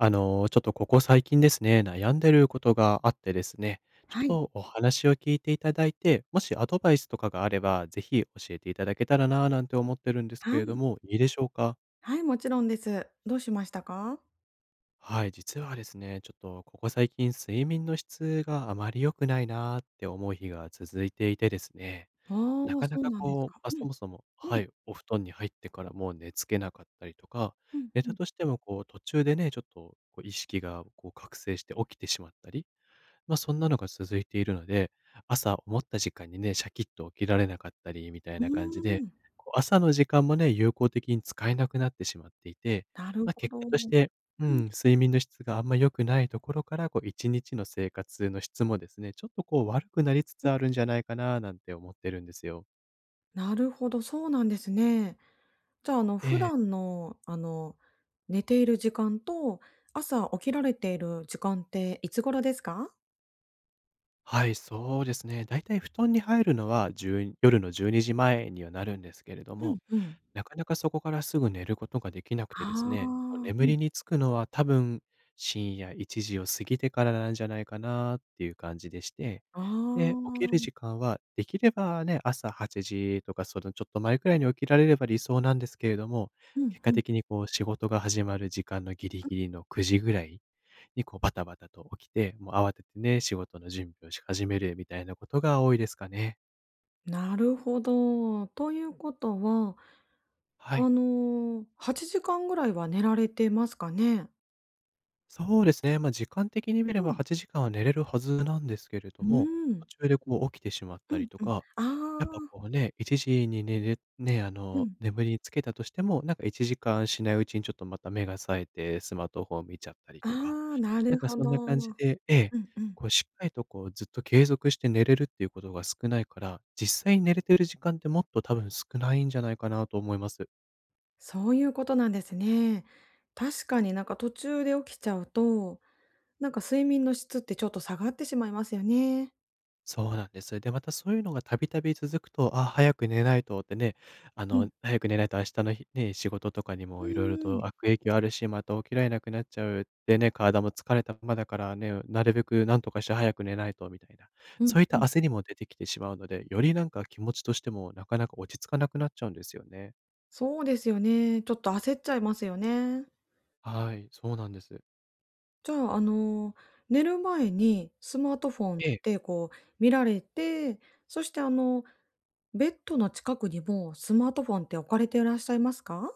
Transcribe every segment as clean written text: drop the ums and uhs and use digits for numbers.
ちょっとここ最近ですね、悩んでることがあってですね、ちょっはい。とお話を聞いていただいて、もしアドバイスとかがあれば、ぜひ教えていただけたらなぁなんて思ってるんですはけれどい。も、いいでしょうか？はい、もちろんです。どうしましたか？はい、実はですね、ちょっとここ最近睡眠の質があまり良くないなーって思う日が続いていてですね、ああなー、かなそうかなんですこう、か。うそん。もそもうはん。い、お布団に入ってからもう寝付けなかったりとか、うん寝うたん。としてもこう途中でね、ちょっとこう意識がこう覚醒して起きてしまったり、そんなのが続いているので、朝思った時間にね、シャキッと起きられなかったりみたいうーな感じで、ん。こう、朝の時間もね、有効的に使えなくなってしまっていて、なるほ結果ど。うとしん。てうん、睡眠の質があんま良くないところから、こう1日の生活の質もですね、ちょっとこう悪くなりつつあるんじゃないかななんて思ってるんですよ。なるほど、そうなんですね。じゃあ、え普え、段の、寝ている時間と、朝起きられている時間っていつ頃ですか？はい、そうですね。だいたい布団に入るのは、じゅう夜の12時前にじまえにはなるんですけれどうも、んうん。なかなかそこからすぐ寝ることができなくてですあね、こうあ、眠うん。りにつくのは多分深夜1時を過ぎてからなんじゃないかなっていう感じでして、ああ。で、う起きる時間はできればね、朝8時とかそのちょっと前くらいに起きられれば理想なんですけれども、ん結う果ん。的にこう仕事が始まる時間のギリギリの9時ぐらいにこうバタバタと起きて、もう慌ててね、仕事の準備をし始めるみたいなことが多いですかね。なるほど。ということは、はい。8時間ぐらいは寝られてますかね？そうですね。時間的に見れうばん。8時間は寝れるはずなんですけれどうも、ー途ん。中でこう起きてしまっうたりんとうん。か、やっぱああ、こうね、1時に寝れね、あうの、ん。眠りにつけたとしても、なんか1時間しないうちにちょっとまた目が冴えてスマートフォン見ちゃったりあとか、あ、ななんるかほそんなど。う感じんでええ、うん。こうしっかりとこうずっと継続して寝れるっていうことが少ないから、実際に寝れてる時間ってもっと多分少ないんじゃないかなと思います。そういうことなんですね。確かになんか途中で起きちゃうと、なんか睡眠の質ってちょっと下がってしまいますよね。そうなんです。で、またそういうのがたびたび続くと、あ、早く寝ないとってね、うん。早く寝ないと明日の仕事とかにうもいろいろーとん。悪影響あるし、また起きられなくなっちゃう。でね、体も疲れたままだからね、なるべくなんとかして早く寝ないとみたいな、うんそういったうん。焦りも出てきてしまうので、よりなんか気持ちとしてもなかなか落ち着かなくなっちゃうんですよね。そうですよね。ちょっと焦っちゃいますよね。はい、そうなんです。じゃあ、寝る前にスマートフォンっええ。てこう見られて、そしてベッドの近くにもスマートフォンって置かれていらっしゃいますか？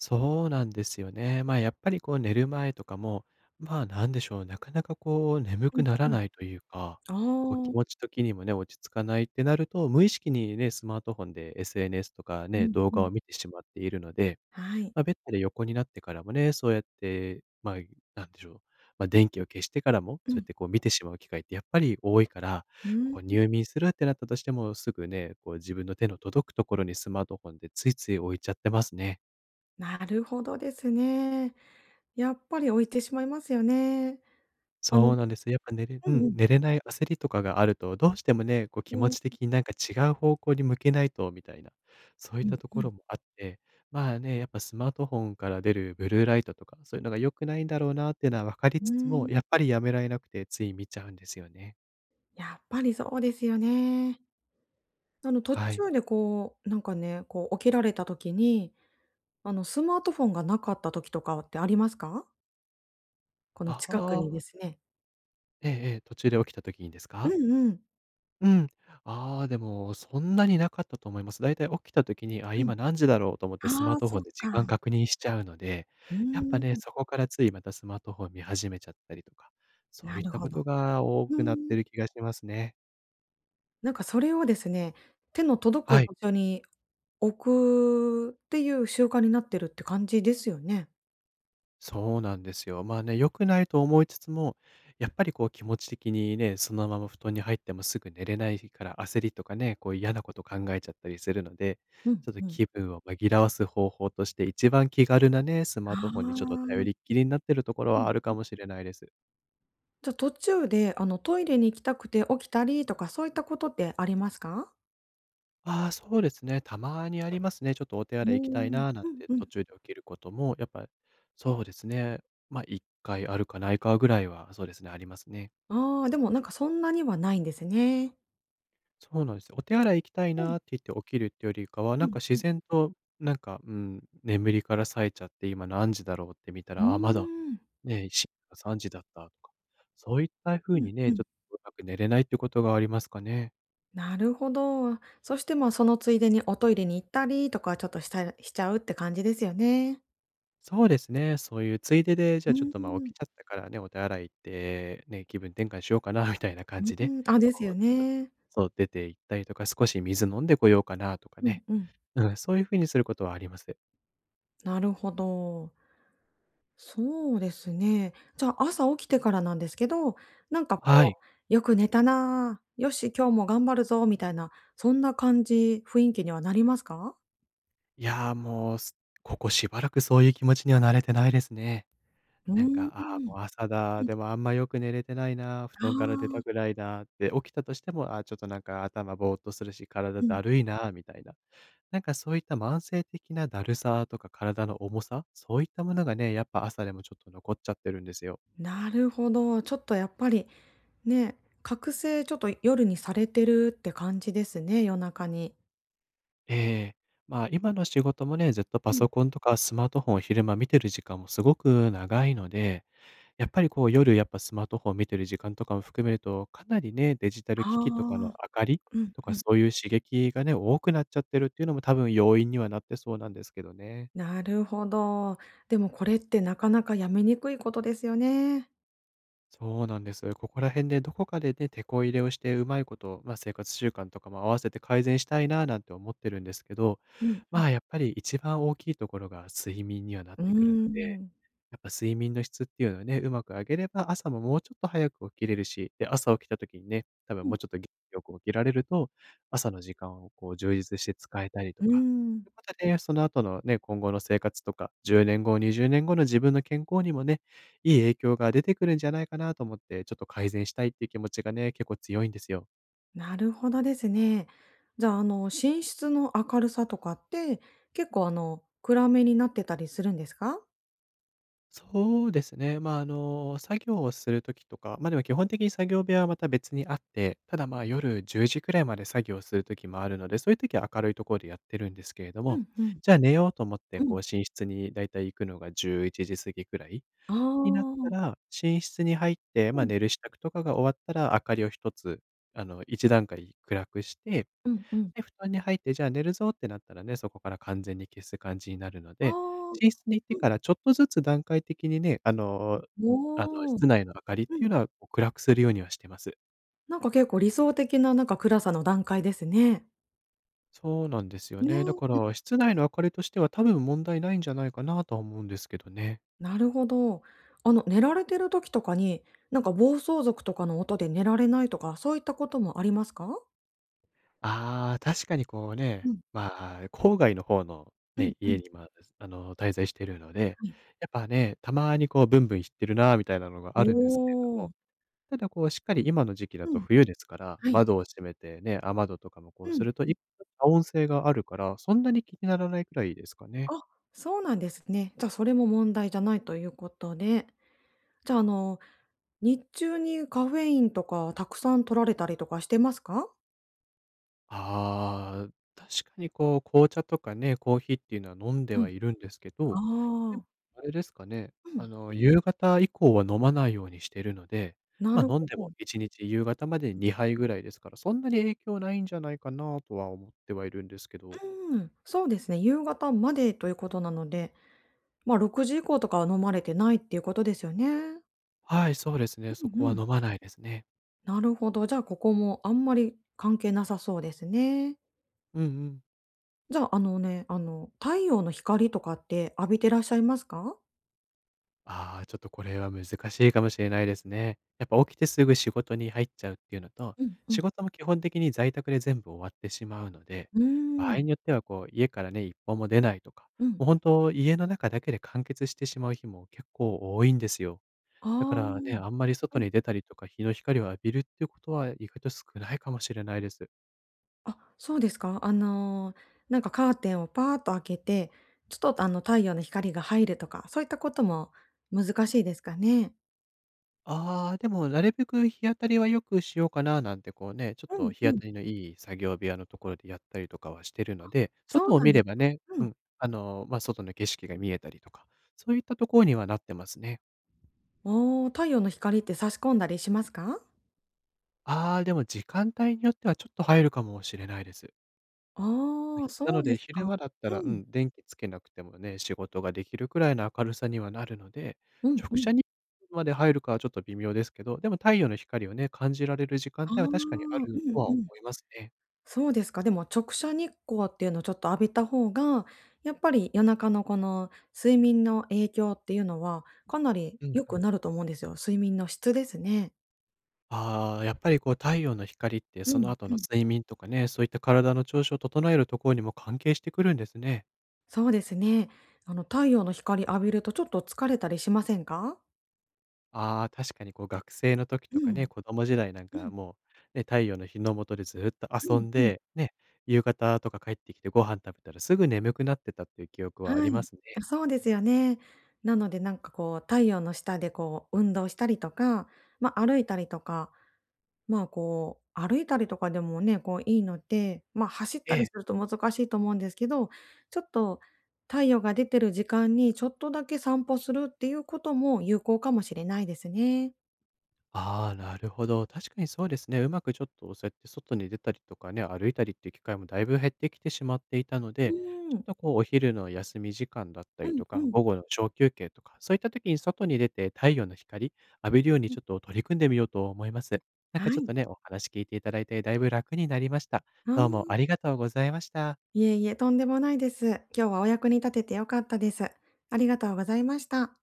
そうなんですよね。やっぱりこう寝る前とかも、なんでしょう、なかなかこう眠うくんならうん。ないというか、こう気あ持あ、ち的にもね、落ち着かないってなると、無意識にね、スマートフォンで SNS とかうね、ん動う画ん。を見てしまっているので、はい。ベッドで横になってからもね、そうやって、なんでしょう、電気を消してからも、うそうやっん。てこう見てしまう機会ってやっぱり多いから、うん、こう入眠するってなったとしても、すぐね、こう自分の手の届くところにスマートフォンでついつい置いちゃってますね。なるほどですね。やっぱり置いてしまいますよね。あそのうなんです。やっぱうんうん。寝れない焦りとかがあると、どうしてもね、こう気う持ん、ち的になんか違う方向に向けないとみたいな、そういっうたんとうころん。もあって、まあね、やっぱスマートフォンから出るブルーライトとか、そういうのが良くないんだろうなっていうのは分かりうつーつも、やっん。ぱりやめられなくてつい見ちゃうんですよね。やっぱりそうですよね。途はい。中でこう、なんかね、こう起きられた時に、スマートフォンがなかった時とかってありますか？このあ近くにであ、すね。ええええ、途中で起きた時にですうか？んうん。うん。ああ、でも、そんなになかったと思います。だいたい起きた時に、あ、うん。今何時だろうと思ってスマあーあ、トフそォンっで時か。間確認しちゃうので、うやっぱーね、ん。そこからついまたスマートフォン見始めちゃったりとか、そうないっるたほことど。が多うくなっん。てる気がしますね。なんかそれをですね、手の届くはい。場所に置くっていう習慣になってるって感じですよね。そうなんですよ。まあね、良くないと思いつつも、やっぱりこう気持ち的にね、そのまま布団に入ってもすぐ寝れないから焦りとかね、こう嫌なこと考えちゃったりするので、うんちょっとうん。気分を紛らわす方法として、一番気軽なね、スマーあトあ、フォンにちょっとう頼んりっきりになってるところうはん。あるかもしれないです。じゃ、途中で、トイレに行きたくて起きたりとか、そういったことってありますか？ああ、そうですね。たまにありますね。ちょっとお手うー洗い行きたいん、な、なんうんてう途ん。中で起きることも、やっぱ、そうですね。一回あるかないかぐらいは、そうですね、ありますね。ああ、でもなんかそんなにはないんですね。そうなんです。お手洗い行きたいうんなって言って起きるってよりかは、うなんん。か自然と、なんか、うん、眠りから冴えちゃって、今何時だろうって見たうーら、あ、まだ、ん。ね、3時だったとか、そういった風うんにね、うちん。ょっとうまく寝れないってことがありますかね。なるほど。そして、ま、そのついでにおトイレに行ったりとか、ちょっとしたしちゃうって感じですよね。そうですね、そういうついでで、じゃうあーちょっと、あ起ん。きちゃったからね、お手洗い行って、ね、気分転換しようかなみたいなう感じで、ーん、あ、ですこよう、ちょっと、ね。そう、出て行ったりとか、少し水飲んでこようかなとかうんね。うん。うん、そういう風にすることはあります。なるほど。そうですね。じゃあ、朝起きてからなんですけど、なんかはい。こう、よく寝たな、よし、今日も頑張るぞみたいな、そんな感じ、雰囲気にはなりますか？いやー、もう、ここしばらくそういう気持ちには慣れてないですね。うなんか、ーん。ああ、もう朝だ、うん。でもあんまよく寝れてないな、布あ団から出たくあ、ないな、で、起きたとしても、ああ、ちょっとなんか頭ぼーっとするし、体うん。だるいなみたいな。なんかそういった慢性的なだるさとか体の重さ、そういったものがね、やっぱ朝でもちょっと残っちゃってるんですよ。なるほど。ちょっとやっぱり、ね、覚醒ちょっと夜にされてるって感じですね、夜中に。ええ。今の仕事もね、ずっとパうん。ソコンとかスマートフォンを昼間見てる時間もすごく長いので、やっぱりこう夜やっぱスマートフォン見てる時間とかも含めると、かなりね、デジタルああ、機器とかの明かりうんとうかん。そういう刺激がね、多くなっちゃってるっていうのも多分要因にはなってそうなんですけどね。なるほど。でもこれってなかなかやめにくいことですよね。そうなんです。ここら辺でどこかでね、手こ入れをしてうまいこと、生活習慣とかも合わせて改善したいななんて思ってるんですけど、うん。やっぱり一番大きいところが睡眠にはなっうーてくるので、ん。やっぱ睡眠の質っていうのをね、うまく上げれば、朝ももうちょっと早く起きれるし、で、朝起きた時にね、多分うもん。うちょっと元気よく起きられると、朝の時間をこう充実して使えたりとうか、ん、ということで、その後のね、今後の生活とか、10年後、20年後の自分の健康にもね、いい影響が出てくるんじゃないかなと思って、ちょっと改善したいっていう気持ちがね、結構強いんですよ。なるほどですね。じゃあ、寝室の明るさとかって、結構暗めになってたりするんですか？そうですね。作業をする時とか、でも基本的に作業部屋はまた別にあって、ただ、夜10時くらいまで作業する時もあるので、そういう時は明るいところでやってるんですけれどうも、んうん。じゃあ寝ようと思って、うこう、ん。寝室にだいたい行くのが11時過ぎくらいあになっあ。たら、寝室に入って、うん。寝る支度とかが終わったら、明かりを一つ、一段階暗くして、うんうん。で、布団に入って、じゃあ寝るぞってなったらね、そこから完全に消す感じになるのあで、あ。寝室に行ってうん。からちょっとずつ段階的にね、おお。室内の明かりっうていん、うのは、こう暗くするようにはしてます。なんか結構理想的ななんか暗さの段階ですね。そうなんですよね。だかね。ら、室内の明かりとしては多分問題ないんじゃないかなとは思うんですけどね。なるほど。寝られてる時とかに、なんか暴走族とかの音で寝られないとか、そういったこともありますか？ああ、確かにこうね、うん。郊外の方のうんね、う家ん。に今、滞在してるので、はい。やっぱね、たまにこうブンブン言ってるなみたいなのがおあるんですけれども、お。ただこうしっかり今の時期だうとん。冬ですから、はい。窓を閉めてね、雨戸とかもこううすんると、うん。遮音性があるから、そんなに気にならないくらいですかね。あ、そうなんですね。じゃあ、それも問題じゃないということで。じゃあ、日中にカフェインとかたくさん摂られたりとかしてますか？ああ、確かにこう紅茶とかね、コーヒーっていうのは飲んでうはん。いるんですけど、でもああ。あれですかね、うん。夕方以降は飲まないようにしているので、なる飲んほでもど。1日夕方までに2杯ぐらいですから、そんなに影響ないんじゃないかなとは思ってはいるんですけど。うーん。そうですね、夕方までということなのでまあ、6時以降とかは飲まれてないっていうことですよね。はい、そうですね、そうこんうはん。飲まないですね。なるほど、じゃあ、ここもあんまり関係なさそうですね。うんうん。じゃあ、あのね、太陽の光とかって浴びてらっしゃいますか？ああ、ちょっとこれは難しいかもしれないですね。やっぱ起きてすぐ仕事に入っちゃうっていうのと、うんう仕ん。事も基本的に在宅で全部終わってしまうので、う場ー合ん。によってはこう家からね、一歩も出ないとか、うもん。う本当家の中だけで完結してしまう日も結構多いんですよ。だからね、あああんまり外うん。に出たりとか日の光を浴びるっていうことは意外と少ないかもしれないです。あ。そうですか。なんかカーテンをパーッと開けて、ちょっと、太陽の光が入るとか、そういったことも難しいですかね？ああ、でもなるべく日当たりは良くしようかななんてこうね、ちょっうとん日う当ん。たりのいい作業部屋のところでやったりとかはしてるので、そ外うをなん見ですればか。ね、うん。外の景色が見えたりとか、そういったところにはなってますね。ああ、太陽の光って差し込んだりしますか？ああ、でも時間帯によってはちょっと入るかもしれないです。ああ、なそのうでです昼か。間だったら、うん。電気つけなくてもね、仕事ができるくらいの明るさにはなるので、うん直う射ん。日光まで入るかはちょっと微妙ですけど、でも太陽の光をね、感じられる時間ああ、帯は確かにあうるとんはう思ん。いますね。そうですか。でも直射日光っていうのをちょっと浴びた方が、やっぱり夜中のこの睡眠の影響っていうのは、かなりうん。良くなると思うんですよ。睡眠の質ですね。ああ、やっぱりこう太陽の光ってうそのん後うのん。睡眠とかね、そういった体の調子を整えるところにも関係してくるんですね。そうですね。あの太陽の光浴びるとちょっと疲れたりしませんか？ああ、確かにこう学生の時うとかね、ん。子供時代なんうかん。もう、ね、太陽の日の下でずっとう遊んんうん。で、ね、夕方とか帰ってきてご飯食べたらすぐ眠くなってたっていう記憶はあはりまい。すあ、ね。そうですよね。なのでなんかこう、太陽の下でこう、運動したりとか、まあ、歩いたりとか、まあ、こう、歩いたりとかでもね、こう、いいので、ま、走っえたりえ。すると難しいと思うんですけど、ちょっと太陽が出てる時間にちょっとだけ散歩するっていうことも有効かもしれないですね。ああ、なるほど。確かにそうですね。うまくちょっとそうやって外に出たりとかね、歩いたりっていう機会もだいぶ減ってきてしまっていたのうで、ーちょっん。とこうお昼の休み時間だったうりんとか、うん。午後の小休憩とか、そういった時に外に出て太陽の光浴びるようにうん。ちょっと取り組んでみようと思います。なんはかちょっい。とね、お話聞いていただいてだいぶ楽になりました。あどうもーありがとうございました。いえいえ、とんでもないです。今日はお役に立てて良かったです。ありがとうございました。